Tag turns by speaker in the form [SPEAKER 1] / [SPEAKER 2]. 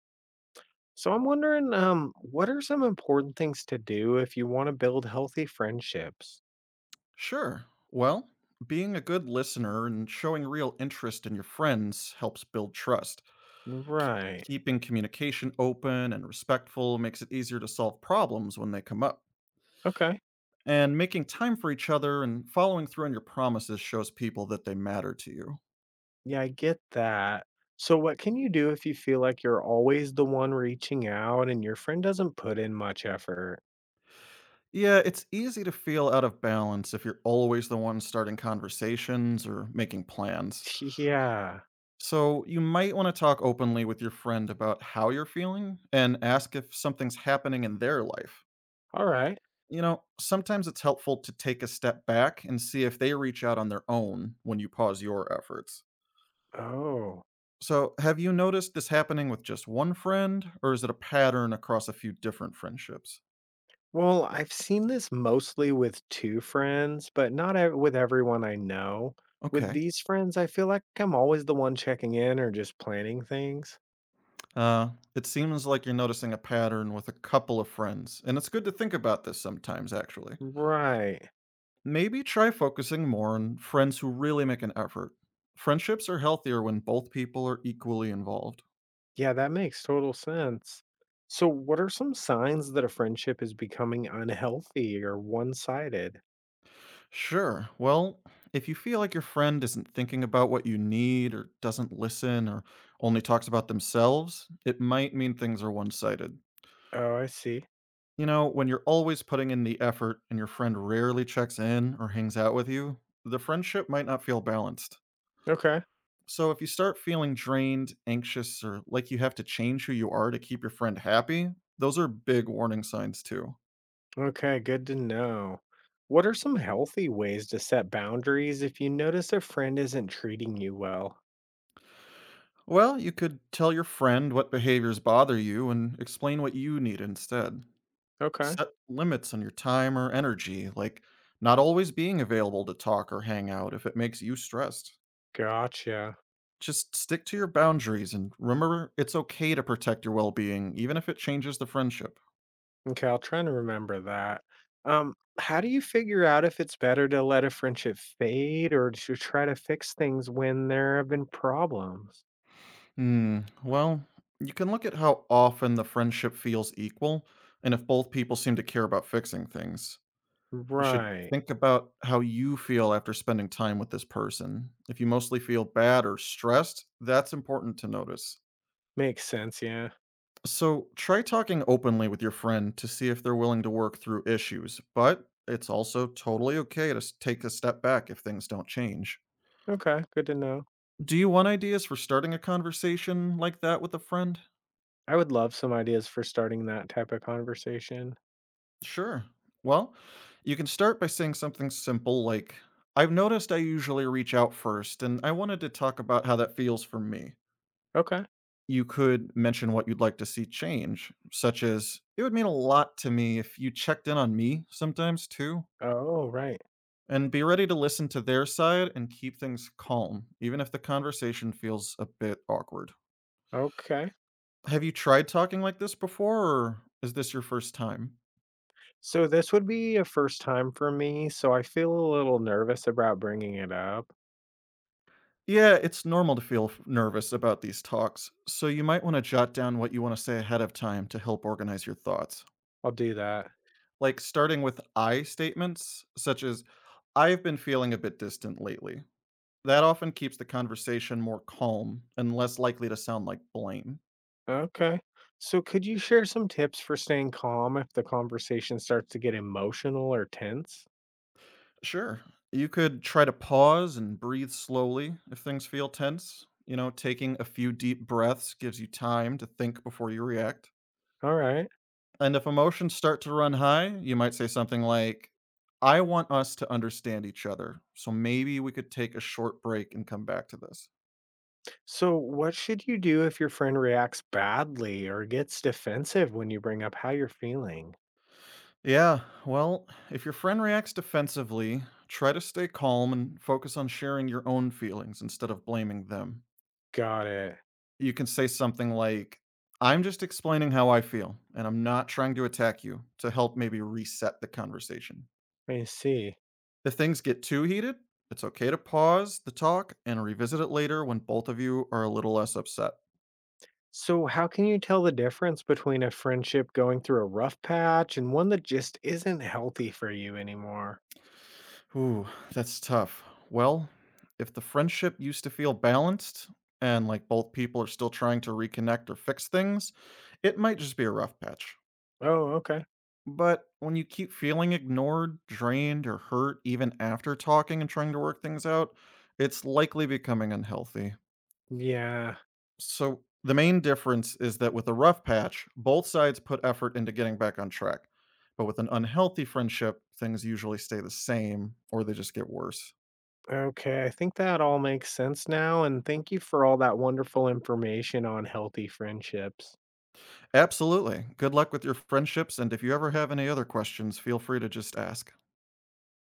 [SPEAKER 1] So I'm wondering, what are some important things to do if you want to build healthy friendships?
[SPEAKER 2] Sure. Well, being a good listener and showing real interest in your friends helps build trust.
[SPEAKER 1] Right.
[SPEAKER 2] Keeping communication open and respectful makes it easier to solve problems when they come up.
[SPEAKER 1] Okay.
[SPEAKER 2] And making time for each other and following through on your promises shows people that they matter to you.
[SPEAKER 1] Yeah, I get that. So what can you do if you feel like you're always the one reaching out and your friend doesn't put in much effort?
[SPEAKER 2] Yeah, it's easy to feel out of balance if you're always the one starting conversations or making plans.
[SPEAKER 1] Yeah.
[SPEAKER 2] So, you might want to talk openly with your friend about how you're feeling and ask if something's happening in their life.
[SPEAKER 1] All right.
[SPEAKER 2] You know, sometimes it's helpful to take a step back and see if they reach out on their own when you pause your efforts.
[SPEAKER 1] Oh.
[SPEAKER 2] So, have you noticed this happening with just one friend, or is it a pattern across a few different friendships?
[SPEAKER 1] Well, I've seen this mostly with two friends, but not ev- with everyone I know. With
[SPEAKER 2] Okay.
[SPEAKER 1] these friends, I feel like I'm always the one checking in or just planning things.
[SPEAKER 2] Uh, it seems like you're noticing a pattern with a couple of friends, and it's good to think about this sometimes, actually.
[SPEAKER 1] Right.
[SPEAKER 2] Maybe try focusing more on friends who really make an effort. Friendships are healthier when both people are equally involved.
[SPEAKER 1] Yeah, that makes total sense. So, what are some signs that a friendship is becoming unhealthy or one sided?
[SPEAKER 2] Sure. Well, if you feel like your friend isn't thinking about what you need or doesn't listen or only talks about themselves, it might mean things are one sided.
[SPEAKER 1] Oh, I see.
[SPEAKER 2] You know, when you're always putting in the effort and your friend rarely checks in or hangs out with you, the friendship might not feel balanced.
[SPEAKER 1] Okay.
[SPEAKER 2] So if you start feeling drained, anxious, or like you have to change who you are to keep your friend happy, those are big warning signs too.
[SPEAKER 1] Okay. Good to know. What are some healthy ways to set boundaries if you notice a friend isn't treating you well?
[SPEAKER 2] Well, you could tell your friend what behaviors bother you and explain what you need instead.
[SPEAKER 1] Okay.
[SPEAKER 2] Set limits on your time or energy, like not always being available to talk or hang out if it makes you stressed.
[SPEAKER 1] Gotcha.
[SPEAKER 2] Just stick to your boundaries and remember it's okay to protect your well being, even if it changes the friendship.
[SPEAKER 1] Okay. I'll try to remember that. Um, how do you figure out if it's better to let a friendship fade or to try to fix things when there have been problems?
[SPEAKER 2] Hmm, well, you can look at how often the friendship feels equal and if both people seem to care about fixing things. You should
[SPEAKER 1] Right.
[SPEAKER 2] think about how you feel after spending time with this person. If you mostly feel bad or stressed, that's important to notice.
[SPEAKER 1] Makes sense. Yeah.
[SPEAKER 2] So try talking openly with your friend to see if they're willing to work through issues, but it's also totally okay to take a step back if things don't change.
[SPEAKER 1] Okay, good to know.
[SPEAKER 2] Do you want ideas for starting a conversation like that with a friend?
[SPEAKER 1] I would love some ideas for starting that type of conversation.
[SPEAKER 2] Sure. Well, you can start by saying something simple like, "I've noticed I usually reach out first, and I wanted to talk about how that feels for me."
[SPEAKER 1] Okay.
[SPEAKER 2] You could mention what you'd like to see change, such as, "It would mean a lot to me if you checked in on me sometimes too."
[SPEAKER 1] Oh, right.
[SPEAKER 2] And be ready to listen to their side and keep things calm, even if the conversation feels a bit awkward.
[SPEAKER 1] Okay.
[SPEAKER 2] Have you tried talking like this before, or is this your first time?
[SPEAKER 1] So this would be a first time for me, so I feel a little nervous about bringing it up.
[SPEAKER 2] Yeah, it's normal to feel nervous about these talks, so you might want to jot down what you want to say ahead of time to help organize your thoughts.
[SPEAKER 1] I'll do that.
[SPEAKER 2] Like starting with I statements, such as, "I've been feeling a bit distant lately." That often keeps the conversation more calm and less likely to sound like blame.
[SPEAKER 1] Okay. So could you share some tips for staying calm if the conversation starts to get emotional or tense?
[SPEAKER 2] Sure. You could try to pause and breathe slowly if things feel tense. You know, taking a few deep breaths gives you time to think before you react.
[SPEAKER 1] All right.
[SPEAKER 2] And if emotions start to run high, you might say something like, "I want us to understand each other. So maybe we could take a short break and come back to this."
[SPEAKER 1] So what should you do if your friend reacts badly or gets defensive when you bring up how you're feeling?
[SPEAKER 2] Yeah, well, if your friend reacts defensively, try to stay calm and focus on sharing your own feelings instead of blaming them.
[SPEAKER 1] Got it.
[SPEAKER 2] You can say something like, "I'm just explaining how I feel, and I'm not trying to attack you," to help maybe reset the conversation.
[SPEAKER 1] I see.
[SPEAKER 2] If things get too heated, it's okay to pause the talk and revisit it later when both of you are a little less upset.
[SPEAKER 1] So, how can you tell the difference between a friendship going through a rough patch and one that just isn't healthy for you anymore?
[SPEAKER 2] Ooh, that's tough. Well, if the friendship used to feel balanced and like both people are still trying to reconnect or fix things, it might just be a rough patch.
[SPEAKER 1] Oh, okay.
[SPEAKER 2] But when you keep feeling ignored, drained, or hurt even after talking and trying to work things out, it's likely becoming unhealthy.
[SPEAKER 1] Yeah.
[SPEAKER 2] So, the main difference is that with a rough patch, both sides put effort into getting back on track. But with an unhealthy friendship, things usually stay the same or they just get worse.
[SPEAKER 1] Okay. I think that all makes sense now. And thank you for all that wonderful information on healthy friendships.
[SPEAKER 2] Absolutely. Good luck with your friendships. And if you ever have any other questions, feel free to just ask.